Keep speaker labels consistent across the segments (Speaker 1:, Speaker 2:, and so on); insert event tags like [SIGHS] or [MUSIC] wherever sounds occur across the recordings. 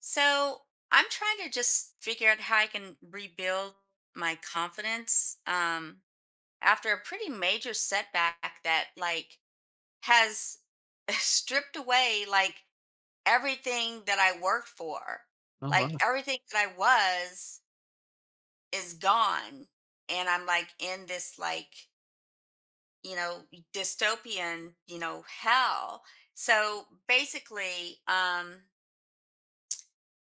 Speaker 1: So I'm trying to just figure out how I can rebuild my confidence after a pretty major setback that like has [LAUGHS] stripped away like everything that I worked for,
Speaker 2: Oh,
Speaker 1: like
Speaker 2: wow.
Speaker 1: everything that I was is gone, and I'm like in this like you know dystopian hell. So basically,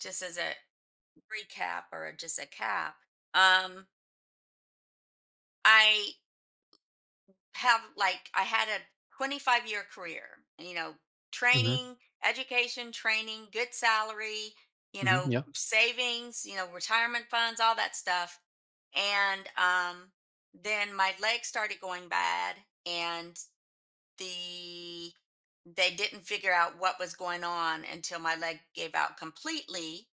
Speaker 1: just as a free cap or just a cap. Um, I have like I had a 25-year career, you know,
Speaker 2: Mhm.
Speaker 1: training, education, training, good salary, you
Speaker 2: Mhm.
Speaker 1: know,
Speaker 2: Yeah.
Speaker 1: savings, you know, retirement funds, all that stuff. And then my legs started going bad, and the they didn't figure out what was going on until my leg gave out completely,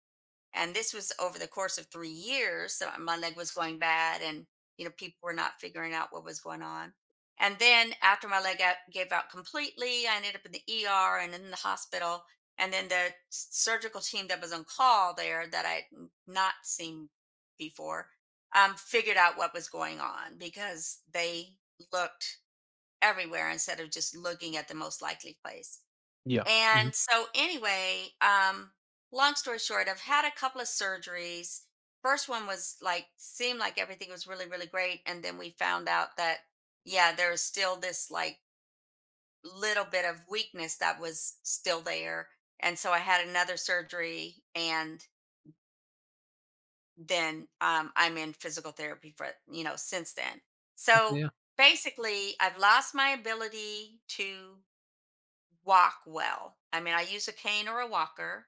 Speaker 1: and this was over the course of 3 years. So my leg was going bad, and you know, people were not figuring out what was going on. And then after my leg out, gave out completely, I ended up in the ER and in the hospital. And then the surgical team that was on call there that I had not seen before figured out what was going on because they looked everywhere instead of just looking at the most likely place.
Speaker 2: Yeah. Mhm.
Speaker 1: And so anyway, long story short, I've had a couple of surgeries. First one was like seemed like everything was really, really great. And then we found out that, yeah, there was still this like little bit of weakness that was still there. And so I had another surgery, and then I'm in physical therapy for, you know, since then.
Speaker 2: Okay,
Speaker 1: So
Speaker 2: yeah.
Speaker 1: basically I've lost my ability to walk well. I mean, I use a cane or a walker.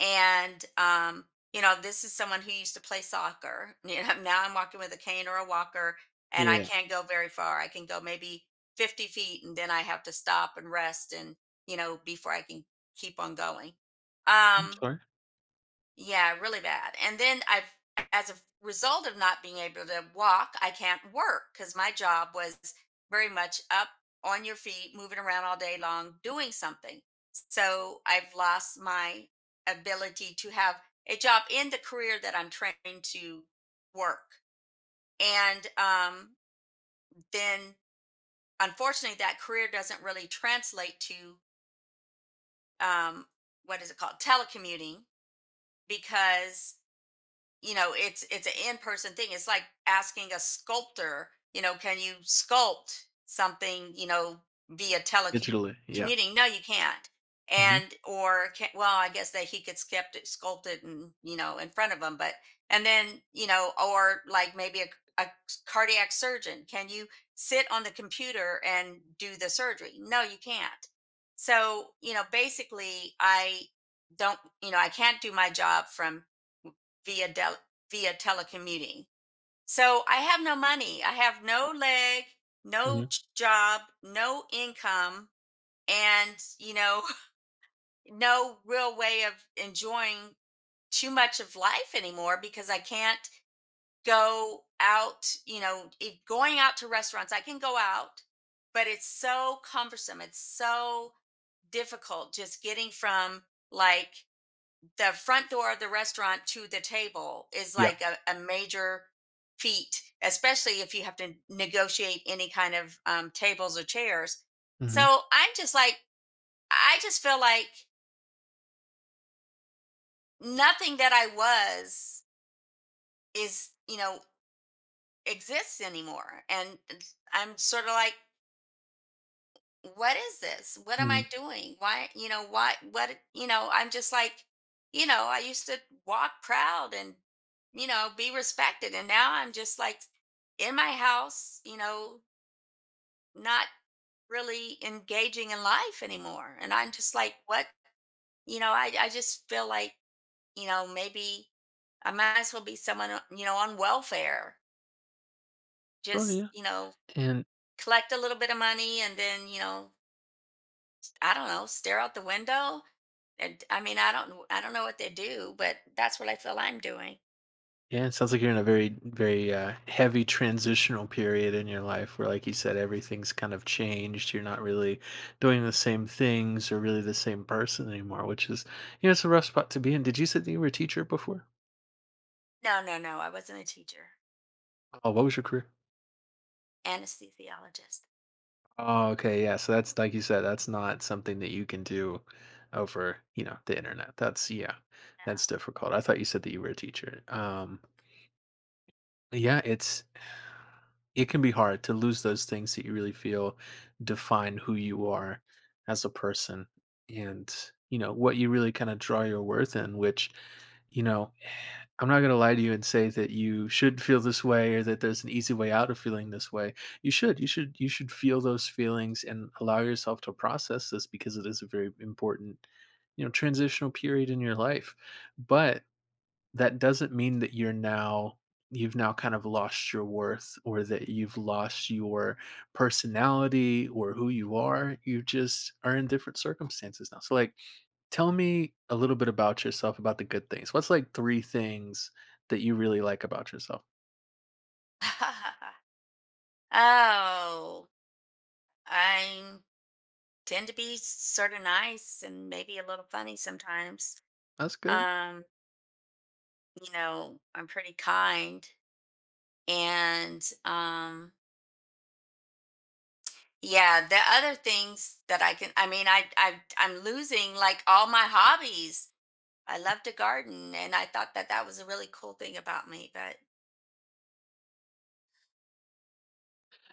Speaker 1: And you know, this is someone who used to play soccer. [LAUGHS] You know, now I'm walking with a cane or a walker, and I
Speaker 2: Yeah.
Speaker 1: can't go very far. I can go maybe 50 feet, and then I have to stop and rest, and you know, before I can keep on going.
Speaker 2: I'm
Speaker 1: Um,
Speaker 2: sorry.
Speaker 1: yeah, really bad. And then I've, as a result of not being able to walk, I can't work because my job was very much up on your feet, moving around all day long, doing something. So I've lost my ability to have a job in the career that I'm trained to work. And then, unfortunately, that career doesn't really translate to um, what is it called? Telecommuting, because you know, it's an in-person thing. It's like asking a sculptor, you know, can you sculpt something, you know, via
Speaker 2: Digitally. Yeah.
Speaker 1: telecommuting? No, you can't.
Speaker 2: Mhm.
Speaker 1: And or can, well, I guess that he could sculpt it, and you know, in front of him. But and then you know, or like maybe a cardiac surgeon, can you sit on the computer and do the surgery? No, you can't. So you know, basically I don't, you know, I can't do my job from via del- via telecommuting. So I have no money. I have no leg, no
Speaker 2: Mhm.
Speaker 1: job, no income, and you know, [LAUGHS] no real way of enjoying too much of life anymore because I can't go out. You know, if going out to restaurants, I can go out, but it's so cumbersome. It's so difficult just getting from like the front door of the restaurant to the table is
Speaker 2: Yeah.
Speaker 1: like a major feat, especially if you have to negotiate any kind of tables or chairs.
Speaker 2: Mhm.
Speaker 1: So I'm just like, I just feel like nothing that I was is, you know, exists anymore. And I'm sort of like, what is this? What am I
Speaker 2: Mhm.
Speaker 1: doing? Why, you know, why, what, you know, I'm just like, you know, I used to walk proud and, you know, be respected. And now I'm just like in my house, you know, not really engaging in life anymore. And I'm just like, what, you know, I just feel like, you know, maybe I might as well be someone, you know, on welfare,
Speaker 2: Sure,
Speaker 1: just,
Speaker 2: yeah.
Speaker 1: you know,
Speaker 2: And
Speaker 1: collect a little bit of money and then, you know, I don't know, stare out the window. And I mean, I don't know what they do, but that's what I feel I'm doing.
Speaker 2: yeah, it sounds like you're in a very, very, heavy transitional period in your life where, like you said, everything's kind of changed. You're not really doing the same things or really the same person anymore, which is, you know, it's a rough spot to be in. Did you say that you were a teacher before?
Speaker 1: No, no, no. I wasn't a teacher.
Speaker 2: Oh, what was your career?
Speaker 1: Anesthesiologist.
Speaker 2: Oh, okay, yeah, so that's like you said, that's not something that you can do over, you know, the internet. That's yeah, that's difficult. I thought you said that you were a teacher. Yeah, it can be hard to lose those things that you really feel define who you are as a person and, you know, what you really kind of draw your worth in, which, you know, [SIGHS] I'm not going to lie to you and say that you should feel this way or that there's an easy way out of feeling this way. You should feel those feelings and allow yourself to process this because it is a very important, you know, transitional period in your life. But that doesn't mean that you've now kind of lost your worth or that you've lost your personality or who you are. You just are in different circumstances now. So like tell me a little bit about yourself, about the good things. What's like three things that you really like about yourself?
Speaker 1: No. [LAUGHS] Oh, I tend to be sort of nice and maybe a little funny sometimes.
Speaker 2: That's good.
Speaker 1: Um, you know, I'm pretty kind. And yeah, the other things that I can, I mean, I'm losing like all my hobbies. I love to garden, and I thought that that was a really cool thing about me, but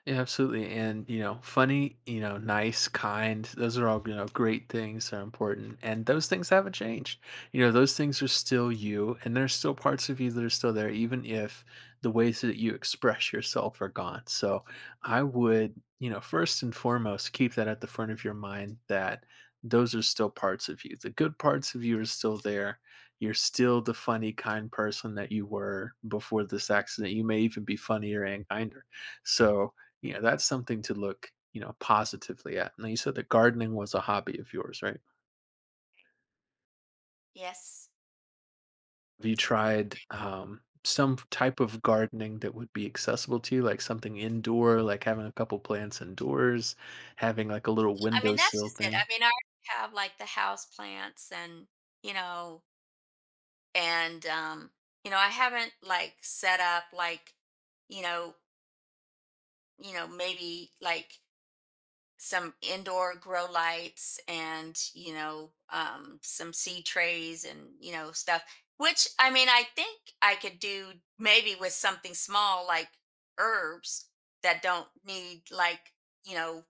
Speaker 2: Yeah, absolutely. And, you know, funny, you know, nice, kind, those are all, you know, great things that are important. And those things haven't changed. You know, those things are still you, and there's still parts of you that are still there, even if the ways that you express yourself are gone. So I would, you know, first and foremost, keep that at the front of your mind that those are still parts of you. The good parts of you are still there. You're still the funny, kind person that you were before this accident. You may even be funnier and kinder. So,
Speaker 1: mm,
Speaker 2: yeah, that's something to look, you know, positively at. Now, you said that gardening was a hobby of yours, right?
Speaker 1: yes.
Speaker 2: Have you tried some type of gardening that would be accessible to you, like something indoor, like having a couple plants indoors, having like a little
Speaker 1: I mean, that's
Speaker 2: windowsill
Speaker 1: just it. I
Speaker 2: thing?
Speaker 1: mean, I already have like the house plants you know, and you know, I haven't like set up like, you know, you know, maybe like some indoor grow lights and you know, some seed trays and you know, stuff, which I mean, I think I could do maybe with something small like herbs that don't need like you know,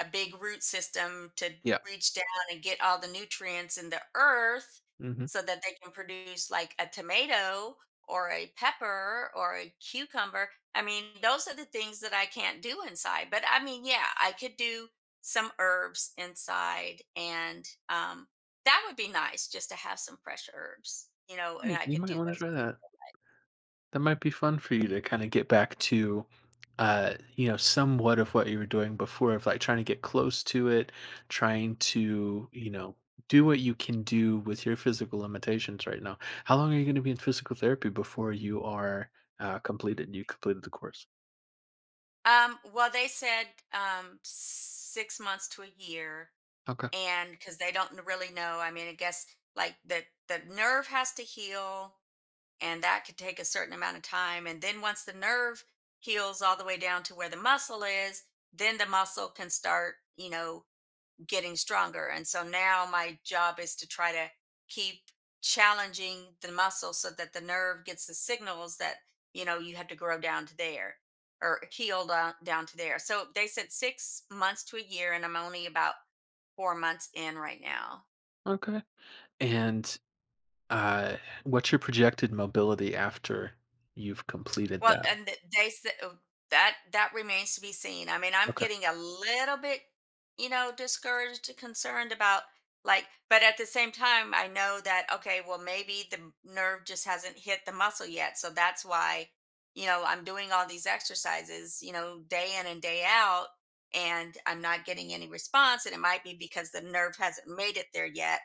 Speaker 1: a big root system to
Speaker 2: Yeah.
Speaker 1: reach down and get all the nutrients in the earth
Speaker 2: Hmm,
Speaker 1: so that they can produce like a tomato or a pepper or a cucumber. I mean, those are the things that I can't do inside. But I mean, yeah, I could do some herbs inside, and that would be nice just to have some fresh herbs, you know, and I
Speaker 2: you
Speaker 1: could do
Speaker 2: might want to
Speaker 1: those.
Speaker 2: try that. That might be fun for you to kinda get back to, you know, somewhat of what you were doing before of, like, trying to get close to it, trying to, you know, do what you can do with your physical limitations right now. How long are you gonna be in physical therapy before you completed the course?
Speaker 1: Well, they said 6 months to a year,
Speaker 2: Okay,
Speaker 1: and because they don't really know. I mean, I guess like the nerve has to heal, and that could take a certain amount of time. And then once the nerve heals all the way down to where the muscle is, then the muscle can start, you know, getting stronger. And so now my job is to try to keep challenging the muscle so that the nerve gets the signals that you know, you have to grow down to there or heal down, to there. So they said 6 months to a year, and I'm only about 4 months in right now.
Speaker 2: okay. And, uh, what's your projected mobility after you've completed
Speaker 1: Well,
Speaker 2: that?
Speaker 1: and th they said, oh, that remains to be seen. I mean, I'm
Speaker 2: Okay.
Speaker 1: getting a little bit, you know, discouraged and concerned about like, but at the same time, I know that okay, well, maybe the nerve just hasn't hit the muscle yet. So that's why, you know, I'm doing all these exercises, you know, day in and day out, and I'm not getting any response, and it might be because the nerve hasn't made it there yet.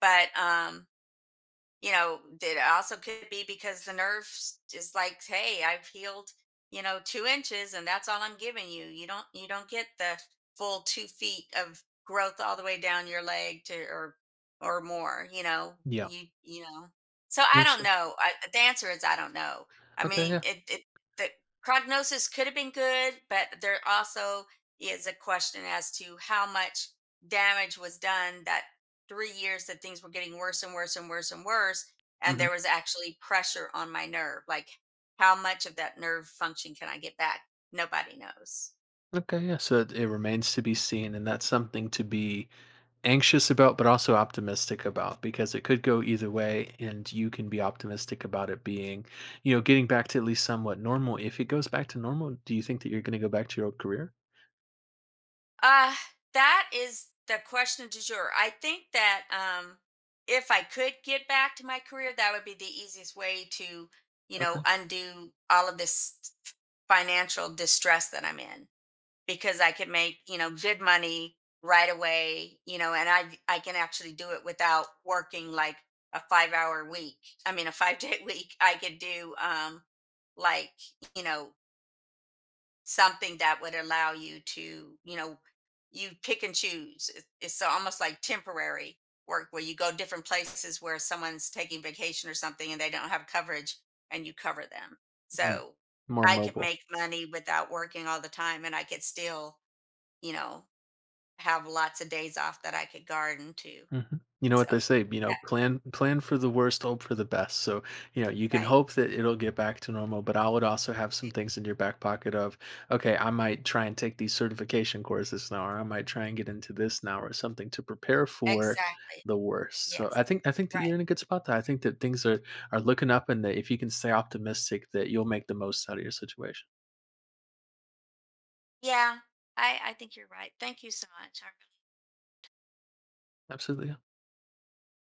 Speaker 1: But you know, that also could be because the nerves is like, hey, I've healed, you know, 2 inches and that's all I'm giving you. You don't get the full 2 feet of growth all the way down your leg to, or more, you know.
Speaker 2: Yeah.
Speaker 1: You know. So I
Speaker 2: I'm
Speaker 1: don't
Speaker 2: sure.
Speaker 1: know. The answer is I don't know. I
Speaker 2: Okay,
Speaker 1: mean,
Speaker 2: yeah.
Speaker 1: it the prognosis could have been good, but there also is a question as to how much damage was done, that 3 years that things were getting worse and worse and worse and worse. And there
Speaker 2: Mhm.
Speaker 1: was actually pressure on my nerve. Like, how much of that nerve function can I get back? Nobody knows.
Speaker 2: Okay, yeah. So it remains to be seen, and that's something to be anxious about, but also optimistic about, because it could go either way, and you can be optimistic about it being, you know, getting back to at least somewhat normal. If it goes back to normal, do you think that you're going to go back to your old career?
Speaker 1: Uh, that is the question du jour. I think that if I could get back to my career, that would be the easiest way to, you know,
Speaker 2: Okay.
Speaker 1: undo all of this financial distress that I'm in. Because I could make, you know, good money right away, you know, and I can actually do it without working like a 5-hour week. I mean, a 5-day [LAUGHS] week. I could do like, you know, something that would allow you to, you know, you pick and choose. It's so almost like temporary work where you go different places where someone's taking vacation or something and they don't have coverage, and you cover them.
Speaker 2: Mm,
Speaker 1: So,
Speaker 2: more
Speaker 1: I could
Speaker 2: mobile.
Speaker 1: make money without working all the time, and I could still, you know, have lots of days off that I could garden too.
Speaker 2: Mhm. You know
Speaker 1: So
Speaker 2: what they say, you know,
Speaker 1: that
Speaker 2: plan for the worst, hope for the best. So, you know, you can hope
Speaker 1: right.
Speaker 2: that it'll get back to normal, but I would also have some
Speaker 1: e-
Speaker 2: things in your back pocket of, okay, I might try and take these certification courses now, or I might try and get into this now or something to prepare for
Speaker 1: Exactly.
Speaker 2: the worst. So
Speaker 1: Yes.
Speaker 2: I think that you're
Speaker 1: Right.
Speaker 2: in a good spot there. I think that things are looking up and that if you can stay optimistic that you'll make the most out of your situation.
Speaker 1: Yeah. I think you're right. Thank you so much. I really
Speaker 2: Absolutely. Yeah.